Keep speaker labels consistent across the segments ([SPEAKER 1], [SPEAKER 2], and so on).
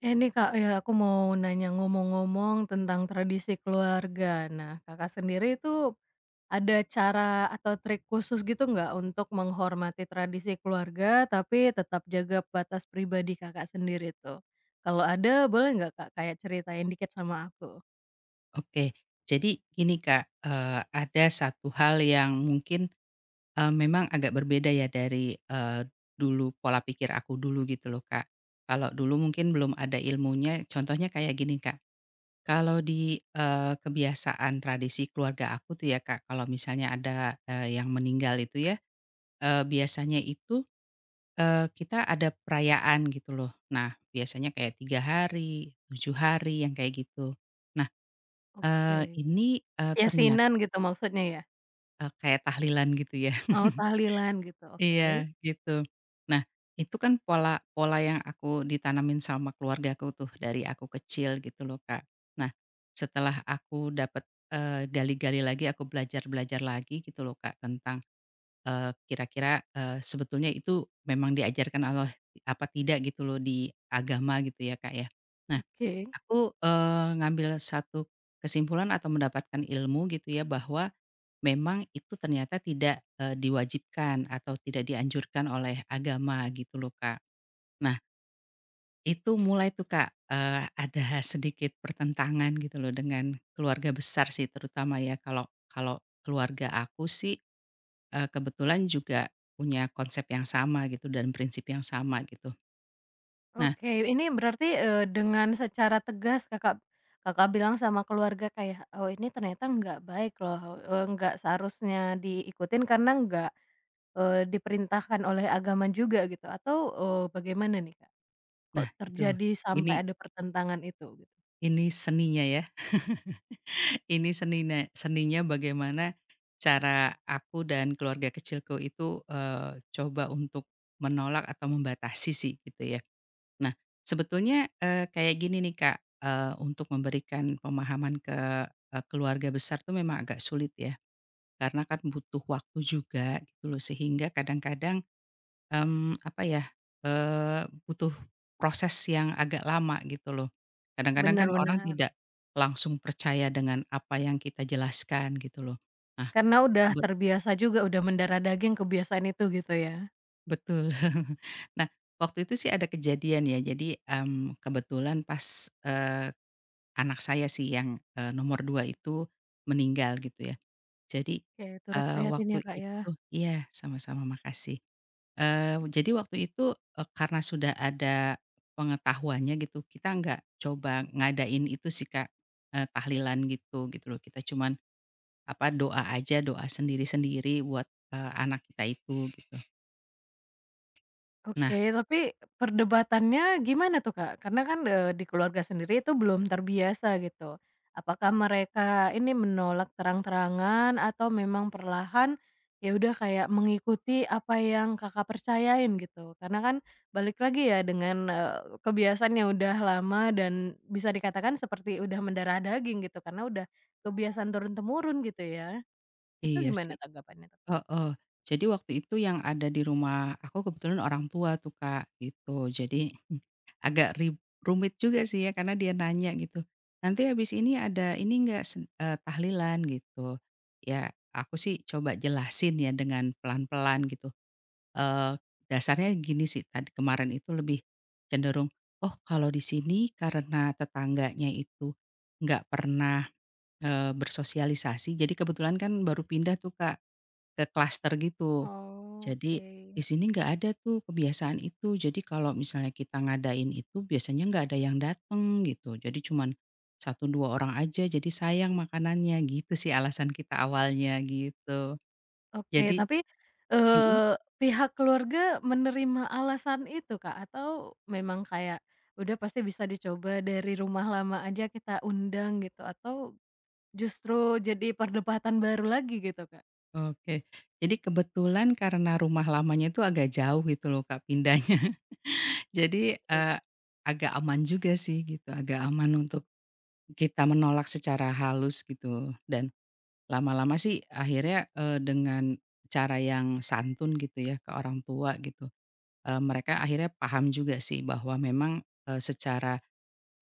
[SPEAKER 1] Eh, nih Kak, ya aku mau nanya ngomong-ngomong tentang tradisi keluarga. Nah, Kakak sendiri itu ada cara atau trik khusus gitu nggak untuk menghormati tradisi keluarga, tapi tetap jaga batas pribadi Kakak sendiri tuh? Kalau ada, boleh nggak Kak kayak ceritain dikit sama aku?
[SPEAKER 2] Oke. Jadi gini Kak, ada satu hal yang mungkin, memang agak berbeda ya dari, dulu pola pikir aku dulu gitu loh Kak. Kalau dulu mungkin belum ada ilmunya, contohnya kayak gini Kak, kalau di, kebiasaan tradisi keluarga aku tuh ya Kak, kalau misalnya ada, yang meninggal itu ya, biasanya itu, kita ada perayaan gitu loh. Nah, biasanya kayak 3 hari, 7 hari, yang kayak gitu. Nah,
[SPEAKER 1] Oke.
[SPEAKER 2] eee, ini, eee, ternyata
[SPEAKER 1] Yasinan gitu maksudnya ya?
[SPEAKER 2] Eee, kayak tahlilan gitu ya.
[SPEAKER 1] Oh tahlilan gitu, oke.
[SPEAKER 2] Iya, gitu. Nah, itu kan pola pola yang aku ditanamin sama keluargaku tuh dari aku kecil gitu loh, Kak. Nah, setelah aku dapet, gali-gali lagi, aku belajar-belajar lagi gitu loh, Kak, tentang, kira-kira, sebetulnya itu memang diajarkan Allah apa tidak gitu loh di agama gitu ya, Kak, ya. Nah,
[SPEAKER 1] Oke.
[SPEAKER 2] aku, ngambil satu kesimpulan atau mendapatkan ilmu gitu ya bahwa memang itu ternyata tidak, diwajibkan atau tidak dianjurkan oleh agama gitu loh, Kak. Nah, itu mulai tuh, Kak, ada sedikit pertentangan gitu loh dengan keluarga besar sih terutama ya. Kalau kalau keluarga aku sih, kebetulan juga punya konsep yang sama gitu dan prinsip yang sama gitu. Nah
[SPEAKER 1] Oke, ini berarti, dengan secara tegas Kakak Kakak bilang sama keluarga kayak, "Oh, ini ternyata nggak baik loh, nggak seharusnya diikutin karena nggak, diperintahkan oleh agama juga," gitu atau, bagaimana nih, Kak? Kok
[SPEAKER 2] nah itu,
[SPEAKER 1] terjadi
[SPEAKER 2] ini
[SPEAKER 1] sampai ada pertentangan itu gitu?
[SPEAKER 2] ini seninya ya. Ini seninya bagaimana cara aku dan keluarga kecilku itu, coba untuk menolak atau membatasi sih gitu ya. Nah sebetulnya, kayak gini nih Kak, untuk memberikan pemahaman ke, keluarga besar tuh memang agak sulit ya, karena kan butuh waktu juga gitu loh sehingga kadang-kadang, apa ya, butuh proses yang agak lama gitu loh. Kadang-kadang
[SPEAKER 1] Bener
[SPEAKER 2] kan orang
[SPEAKER 1] bener,
[SPEAKER 2] tidak langsung percaya dengan apa yang kita jelaskan gitu loh. Nah,
[SPEAKER 1] karena udah
[SPEAKER 2] kebet
[SPEAKER 1] terbiasa juga, udah mendarah daging kebiasaan itu gitu ya?
[SPEAKER 2] betul. Nah, waktu itu sih ada kejadian ya, jadi, kebetulan pas, anak saya sih yang, nomor 2 itu meninggal gitu ya. Jadi,
[SPEAKER 1] Oke, turut
[SPEAKER 2] eee,
[SPEAKER 1] prihatin ya,
[SPEAKER 2] waktu
[SPEAKER 1] Kak, ya.
[SPEAKER 2] itu iya, sama-sama, makasih. Eee, jadi waktu itu, karena sudah ada pengetahuannya gitu, kita nggak coba ngadain itu sih, Kak, tahlilan gitu gitu loh. Kita cuman, apa, doa aja, doa sendiri-sendiri buat, anak kita itu, nah
[SPEAKER 1] Oke, tapi perdebatannya gimana tuh, Kak? Karena kan, di keluarga sendiri itu belum terbiasa gitu. Apakah mereka ini menolak terang-terangan atau memang perlahan, ya udah kayak mengikuti apa yang Kakak percayain gitu? Karena kan balik lagi ya dengan, kebiasaan yang udah lama dan bisa dikatakan seperti udah mendarah daging gitu, karena udah kebiasaan turun-temurun gitu ya. Itu
[SPEAKER 2] iya
[SPEAKER 1] gimana
[SPEAKER 2] sih.
[SPEAKER 1] tanggapannya tuh?
[SPEAKER 2] Heeh. Jadi waktu itu yang ada di rumah aku kebetulan orang tua tuh, Kak, gitu. Jadi agak rib rumit juga sih ya karena dia nanya gitu, "Nanti habis ini ada ini enggak tahlilan?" gitu. Ya aku sih coba jelasin ya dengan pelan-pelan gitu, eee, dasarnya gini sih tadi kemarin itu lebih cenderung, "Oh kalau di sini karena tetangganya itu nggak pernah, bersosialisasi" jadi kebetulan kan baru pindah tuh, Kak. Ke klaster gitu.
[SPEAKER 1] Oh,
[SPEAKER 2] Jadi
[SPEAKER 1] oke.
[SPEAKER 2] di sini nggak ada tuh kebiasaan itu. Jadi kalau misalnya kita ngadain itu biasanya nggak ada yang dateng gitu. Jadi cuman satu 2 orang aja jadi sayang makanannya gitu sih alasan kita awalnya gitu.
[SPEAKER 1] Oke,
[SPEAKER 2] Jadi
[SPEAKER 1] tapi,
[SPEAKER 2] mhm,
[SPEAKER 1] eee, pihak keluarga menerima alasan itu, Kak? Atau memang kayak, udah pasti bisa dicoba dari rumah lama aja kita undang gitu, atau justru jadi perdebatan baru lagi gitu, Kak?
[SPEAKER 2] oke. Jadi kebetulan karena rumah lamanya itu agak jauh gitu loh Kak pindahnya. Jadi,
[SPEAKER 1] Oke.
[SPEAKER 2] eee, agak aman juga sih gitu, agak aman untuk kita menolak secara halus gitu dan lama-lama sih akhirnya, dengan cara yang santun gitu ya ke orang tua gitu, mereka akhirnya paham juga sih bahwa memang, secara,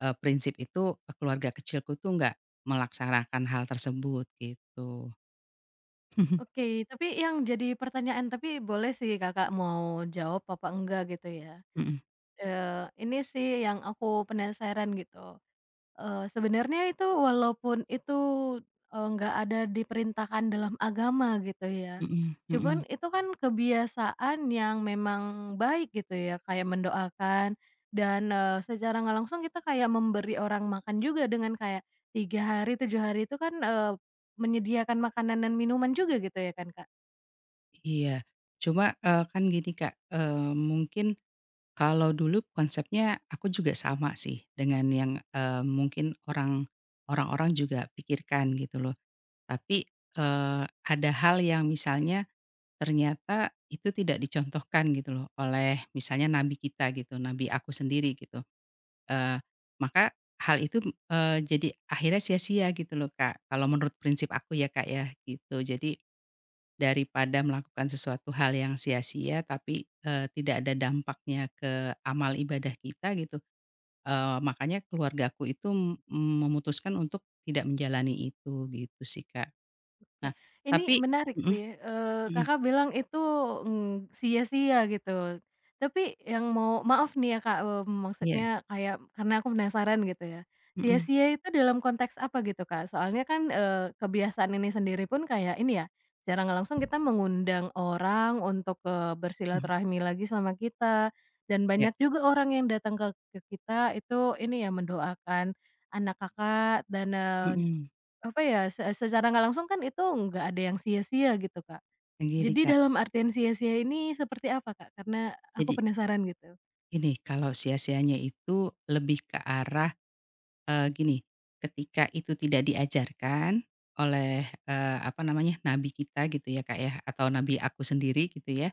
[SPEAKER 2] prinsip itu, keluarga kecilku tuh nggak melaksanakan hal tersebut gitu.
[SPEAKER 1] Oke, tapi yang jadi pertanyaan tapi boleh sih Kakak mau jawab apa enggak gitu ya,
[SPEAKER 2] Mhm,
[SPEAKER 1] ini sih yang aku penasaran gitu. Sebenarnya itu walaupun itu, nggak ada diperintahkan dalam agama gitu ya,
[SPEAKER 2] mhm
[SPEAKER 1] cuman
[SPEAKER 2] mhm,
[SPEAKER 1] itu kan kebiasaan yang memang baik gitu ya, kayak mendoakan dan, secara nggak langsung kita kayak memberi orang makan juga dengan kayak 3 hari, 7 hari itu kan, menyediakan makanan dan minuman juga gitu ya kan, Kak?
[SPEAKER 2] iya. Cuma, kan gini Kak, mungkin kalau dulu konsepnya aku juga sama sih dengan yang, mungkin orang-orang juga pikirkan gitu loh. Tapi, eee, ada hal yang misalnya ternyata itu tidak dicontohkan gitu loh oleh misalnya nabi kita gitu, nabi aku sendiri gitu, eee, maka hal itu, jadi akhirnya sia-sia gitu loh Kak, kalau menurut prinsip aku ya Kak ya gitu. Jadi daripada melakukan sesuatu hal yang sia-sia tapi, tidak ada dampaknya ke amal ibadah kita gitu, makanya keluargaku itu, memutuskan untuk tidak menjalani itu gitu sih Kak.
[SPEAKER 1] Oke,
[SPEAKER 2] Nah,
[SPEAKER 1] ini
[SPEAKER 2] tapi
[SPEAKER 1] menarik
[SPEAKER 2] mhm
[SPEAKER 1] sih,
[SPEAKER 2] mhm,
[SPEAKER 1] Kakak bilang itu, sia-sia gitu. Tapi yang mau maaf nih ya, Kak, maksudnya
[SPEAKER 2] iya,
[SPEAKER 1] kayak karena aku penasaran gitu ya,
[SPEAKER 2] mhm
[SPEAKER 1] sia-sia itu dalam konteks apa gitu, Kak? Soalnya kan, kebiasaan ini sendiri pun kayak ini ya, secara nggak langsung kita mengundang orang untuk,
[SPEAKER 2] mhm,
[SPEAKER 1] bersilaturahmi lagi sama kita, dan
[SPEAKER 2] iya,
[SPEAKER 1] banyak juga orang yang datang ke kita itu ini ya, mendoakan anak Kakak dan,
[SPEAKER 2] mhm,
[SPEAKER 1] apa ya, secara nggak langsung kan itu nggak ada yang sia-sia gitu, Kak.
[SPEAKER 2] yang gini,
[SPEAKER 1] Jadi
[SPEAKER 2] Kak,
[SPEAKER 1] dalam artian sia-sia ini seperti apa, Kak? Karena aku
[SPEAKER 2] jadi
[SPEAKER 1] penasaran gitu.
[SPEAKER 2] gini, kalau sia-sianya itu lebih ke arah, gini, ketika itu tidak diajarkan oleh, apa namanya, nabi kita gitu ya, Kak, ya, atau nabi aku sendiri gitu ya,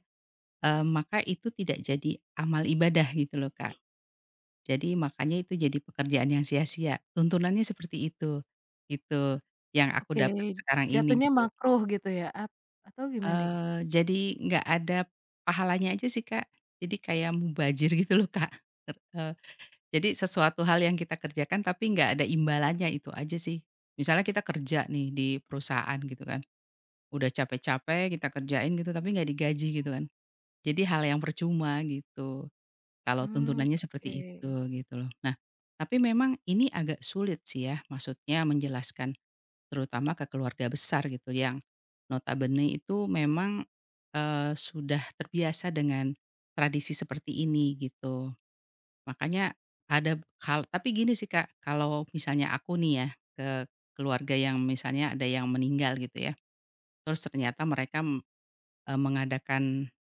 [SPEAKER 2] maka itu tidak jadi amal ibadah gitu loh, Kak. Jadi makanya itu jadi pekerjaan yang sia-sia, tuntunannya seperti itu, gitu, yang aku
[SPEAKER 1] Oke,
[SPEAKER 2] dapat sekarang ini
[SPEAKER 1] jatuhnya
[SPEAKER 2] gitu.
[SPEAKER 1] makruh gitu ya, atau gimana ya?
[SPEAKER 2] Jadi nggak ada pahalanya aja sih, Kak. Jadi kayak mubazir gitu loh, Kak. Ter eee, jadi sesuatu hal yang kita kerjakan tapi nggak ada imbalannya, itu aja sih. Misalnya kita kerja nih di perusahaan gitu kan, udah capek-capek kita kerjain gitu tapi nggak digaji gitu kan. Jadi hal yang percuma gitu, kalau
[SPEAKER 1] Hmm.
[SPEAKER 2] tuntunannya seperti itu,
[SPEAKER 1] Oke.
[SPEAKER 2] gitu loh. Nah, tapi memang ini agak sulit sih ya, maksudnya menjelaskan terutama ke keluarga besar gitu yang notabene itu memang, sudah terbiasa dengan tradisi seperti ini gitu. Makanya ada hal tapi gini sih Kak, kalau misalnya aku nih ya, ke keluarga yang misalnya ada yang meninggal gitu ya, terus ternyata mereka, mengadakan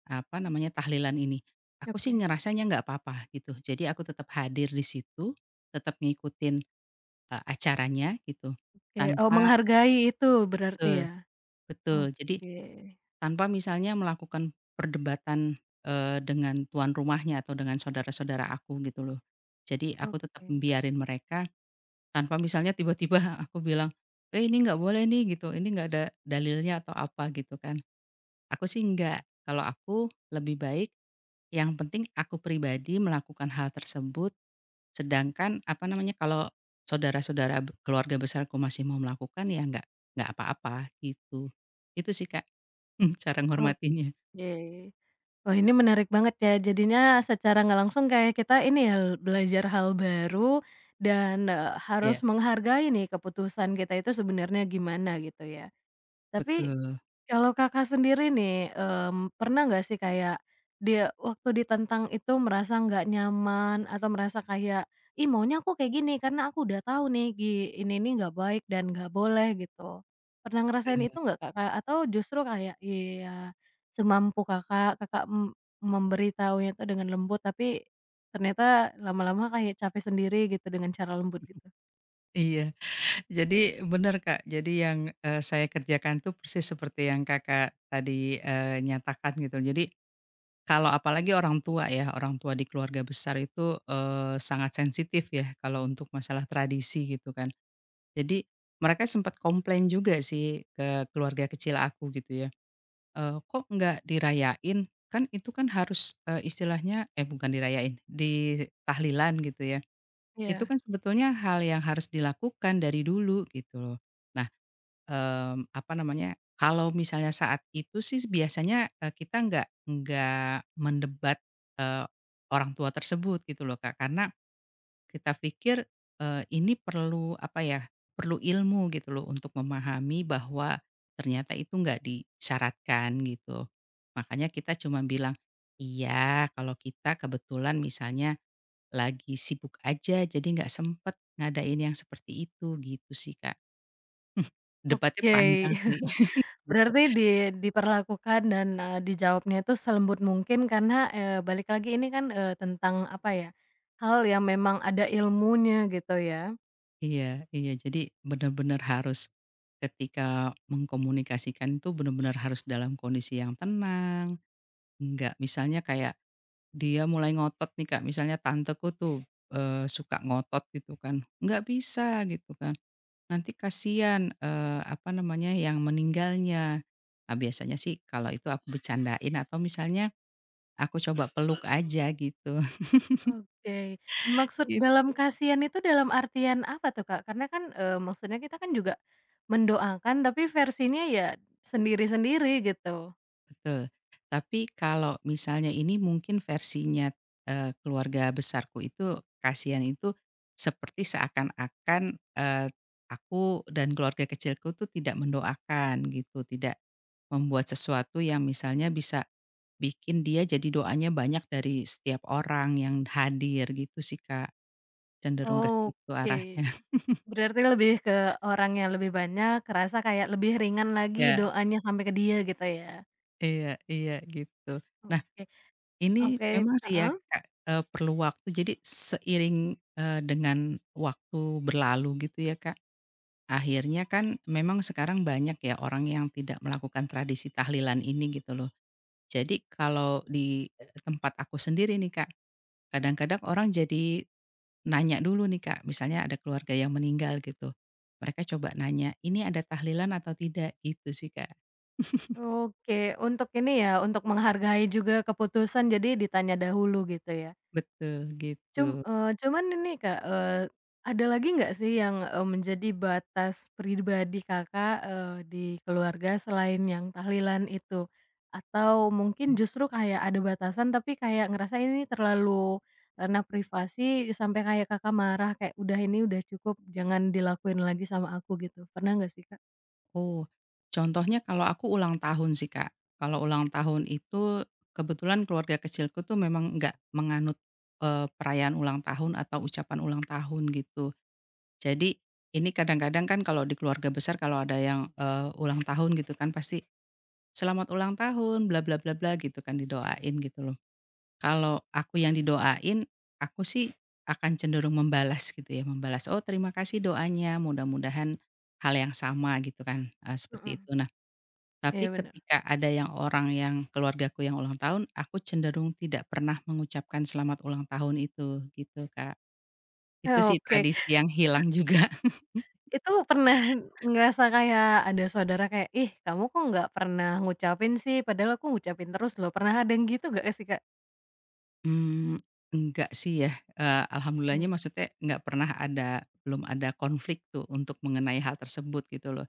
[SPEAKER 2] apa namanya, tahlilan ini. Aku sih
[SPEAKER 1] Oke.
[SPEAKER 2] ngerasanya nggak apa-apa gitu. Jadi aku tetap hadir di situ, tetap ngikutin, acaranya gitu
[SPEAKER 1] Oke, oh
[SPEAKER 2] tanpa
[SPEAKER 1] menghargai itu berarti
[SPEAKER 2] betul
[SPEAKER 1] ya?
[SPEAKER 2] betul. Jadi
[SPEAKER 1] Oke,
[SPEAKER 2] tanpa misalnya melakukan perdebatan, dengan tuan rumahnya atau dengan saudara-saudara aku gitu loh. Jadi aku tetap
[SPEAKER 1] oke,
[SPEAKER 2] biarin mereka tanpa misalnya tiba-tiba aku bilang, "Eh, ini nggak boleh nih," gitu, "ini nggak ada dalilnya," atau apa gitu kan. Aku sih nggak, kalau aku lebih baik yang penting aku pribadi melakukan hal tersebut, sedangkan apa namanya, kalau saudara-saudara b keluarga besarku masih mau melakukan ya nggak apa-apa gitu. Itu sih Kak, cara menghormatinya.
[SPEAKER 1] oke. Wah, ini menarik banget ya. Jadinya secara nggak langsung kayak kita ini ya, belajar hal baru dan, harus
[SPEAKER 2] Iya.
[SPEAKER 1] menghargai nih keputusan kita itu sebenarnya gimana gitu ya. Tapi
[SPEAKER 2] Betul,
[SPEAKER 1] kalau Kakak sendiri nih, pernah nggak sih kayak dia waktu ditentang itu merasa nggak nyaman atau merasa kayak, "Ih maunya aku kayak gini karena aku udah tahu nih ini nih nggak baik dan nggak boleh," gitu. Pernah ngerasain itu
[SPEAKER 2] eee,
[SPEAKER 1] nggak Kakak? Atau justru kayak ya semampu Kakak, Kakak memberitahunya itu dengan lembut tapi ternyata lama-lama kayak capek sendiri gitu dengan cara lembut gitu?
[SPEAKER 2] iya. Jadi benar Kak. Jadi yang, saya kerjakan tuh persis seperti yang Kakak tadi, nyatakan gitu. Jadi kalau apalagi orang tua ya, orang tua di keluarga besar itu, sangat sensitif ya kalau untuk masalah tradisi gitu kan. Jadi mereka sempat komplain juga sih ke keluarga kecil aku gitu ya, "Kok nggak dirayain? Kan itu kan harus," istilahnya eh bukan dirayain, ditahlilan gitu ya. Itu
[SPEAKER 1] Iya,
[SPEAKER 2] kan sebetulnya hal yang harus dilakukan dari dulu gitu loh. Nah, apa namanya, kalau misalnya saat itu sih biasanya, kita nggak mendebat, eee, orang tua tersebut gitu loh, Kak. Karena kita pikir, ini perlu apa ya, perlu ilmu gitu loh untuk memahami bahwa ternyata itu nggak disyaratkan gitu. Makanya kita cuma bilang, "Iya kalau kita kebetulan misalnya" lagi sibuk aja, jadi nggak sempet ngadain yang seperti itu, gitu sih, Kak. Debatnya
[SPEAKER 1] oke.
[SPEAKER 2] panjang sih.
[SPEAKER 1] Berarti diperlakukan dan, dijawabnya itu selembut mungkin karena, balik lagi ini kan, tentang apa ya, hal yang memang ada ilmunya gitu ya.
[SPEAKER 2] Iya iya, jadi benar-benar harus ketika mengkomunikasikan itu benar-benar harus dalam kondisi yang tenang, nggak misalnya kayak dia mulai ngotot nih, Kak, misalnya tanteku tuh, suka ngotot gitu kan, "Nggak bisa," gitu kan, "nanti kasihan, apa namanya, yang meninggalnya." Nah, biasanya sih kalau itu aku bercandain atau misalnya aku coba peluk aja gitu,
[SPEAKER 1] Oke, maksud
[SPEAKER 2] Mmm.
[SPEAKER 1] dalam kasihan itu dalam artian apa tuh, Kak? Karena kan, maksudnya kita kan juga mendoakan tapi versinya ya sendiri-sendiri gitu.
[SPEAKER 2] Betul. Tapi kalau misalnya ini mungkin versinya, keluarga besarku itu kasihan itu seperti seakan-akan, aku dan keluarga kecilku tuh tidak mendoakan gitu, tidak membuat sesuatu yang misalnya bisa bikin dia jadi doanya banyak dari setiap orang yang hadir gitu sih, Kak, cenderung ke situ
[SPEAKER 1] Oke,
[SPEAKER 2] arahnya.
[SPEAKER 1] berarti lebih ke orang yang lebih banyak kerasa kayak lebih ringan lagi
[SPEAKER 2] Ya,
[SPEAKER 1] doanya sampai ke dia gitu ya.
[SPEAKER 2] iya iya gitu.
[SPEAKER 1] Oke,
[SPEAKER 2] Ini
[SPEAKER 1] oke,
[SPEAKER 2] memang sih ya
[SPEAKER 1] heeh?
[SPEAKER 2] Kak, perlu waktu jadi seiring, dengan waktu berlalu gitu ya Kak, akhirnya kan memang sekarang banyak ya orang yang tidak melakukan tradisi tahlilan ini gitu loh. Jadi kalau di, tempat aku sendiri nih Kak, kadang-kadang orang jadi nanya dulu nih Kak, misalnya ada keluarga yang meninggal gitu, mereka coba nanya, "Ini ada tahlilan atau tidak?" Gitu sih Kak.
[SPEAKER 1] Oke, untuk ini ya, untuk menghargai juga keputusan jadi ditanya dahulu gitu ya.
[SPEAKER 2] Betul,
[SPEAKER 1] Cum
[SPEAKER 2] gitu.
[SPEAKER 1] eee, cuman ini Kak, ada lagi nggak sih yang, menjadi batas pribadi Kakak, di keluarga selain yang tahlilan itu? Atau mungkin justru kayak ada batasan tapi kayak ngerasa ini terlalu ranah privasi sampai kayak Kakak marah kayak, "Udah ini udah cukup, jangan dilakuin lagi sama aku," gitu. Pernah nggak sih Kak?
[SPEAKER 2] Oh, contohnya kalau aku ulang tahun sih, Kak. Kalau ulang tahun itu kebetulan keluarga kecilku tuh memang nggak menganut, perayaan ulang tahun atau ucapan ulang tahun gitu. Jadi ini kadang-kadang kan kalau di keluarga besar kalau ada yang, ulang tahun gitu kan pasti, "Selamat ulang tahun, bla bla bla bla," gitu kan didoain gitu loh. Kalau aku yang didoain, aku sih akan cenderung membalas gitu ya, membalas, "Oh terima kasih doanya, mudah-mudahan hal yang sama," gitu kan, seperti
[SPEAKER 1] Mhm.
[SPEAKER 2] itu. Nah tapi
[SPEAKER 1] Iya benar.
[SPEAKER 2] ketika ada yang orang yang keluargaku yang ulang tahun, aku cenderung tidak pernah mengucapkan selamat ulang tahun itu, gitu, Kak. Itu sih
[SPEAKER 1] Oke.
[SPEAKER 2] tradisi yang hilang juga.
[SPEAKER 1] Itu pernah ngerasa kayak ada saudara kayak, "Ih, kamu kok nggak pernah ngucapin sih, padahal aku ngucapin terus loh." Pernah ada yang gitu gak sih, Kak?
[SPEAKER 2] Mmm, enggak sih ya, alhamdulillahnya
[SPEAKER 1] Mmm.
[SPEAKER 2] maksudnya nggak pernah ada belum ada konflik tuh untuk mengenai hal tersebut gitu loh.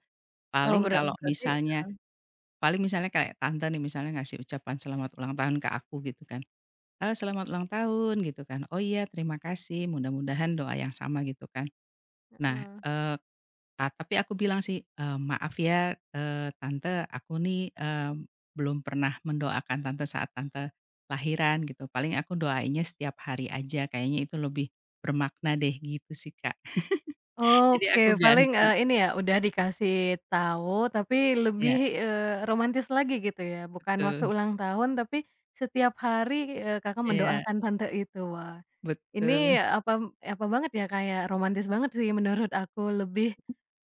[SPEAKER 1] Oh,
[SPEAKER 2] Paling kalau
[SPEAKER 1] berarti
[SPEAKER 2] misalnya paling misalnya kayak tante nih misalnya ngasih ucapan selamat ulang tahun ke aku gitu kan, "Eee, selamat ulang tahun," gitu kan, "Oh iya terima kasih, mudah-mudahan doa yang sama," gitu kan. Nah,
[SPEAKER 1] heeh.
[SPEAKER 2] eee Ah, tapi aku bilang sih, "Maaf ya, tante aku nih, belum pernah mendoakan tante saat tante lahiran," gitu. "Paling aku doainnya setiap hari aja, kayaknya itu lebih bermakna deh," gitu sih, Kak. Jadi aku
[SPEAKER 1] Oke, paling,
[SPEAKER 2] ganti
[SPEAKER 1] ini ya, udah dikasih tahu tapi
[SPEAKER 2] Ya
[SPEAKER 1] lebih, romantis lagi gitu ya? Bukan waktu
[SPEAKER 2] betul.
[SPEAKER 1] ulang tahun, tapi setiap hari, Kakak
[SPEAKER 2] Iya,
[SPEAKER 1] mendoakan tante itu. Wah.
[SPEAKER 2] betul,
[SPEAKER 1] Ini apa apa banget ya, kayak romantis banget sih menurut aku, lebih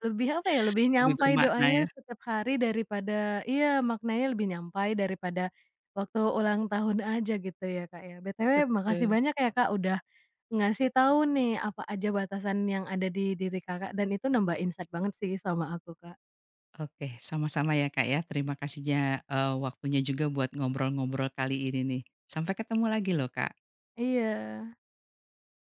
[SPEAKER 1] lebih apa ya, lebih
[SPEAKER 2] lebih
[SPEAKER 1] nyampai
[SPEAKER 2] bermakna ya,
[SPEAKER 1] doanya setiap hari daripada iya, maknanya lebih nyampai daripada waktu ulang tahun aja gitu ya, Kak, ya. BTW makasih
[SPEAKER 2] betul.
[SPEAKER 1] banyak ya, Kak, udah ngasih tahu nih apa aja batasan yang ada di diri Kakak dan itu nambah insight banget sih sama aku, Kak.
[SPEAKER 2] Oke, sama-sama ya, Kak, ya. Terima kasihnya, waktunya juga buat ngobrol-ngobrol kali ini nih. Sampai ketemu lagi loh, Kak.
[SPEAKER 1] Iya.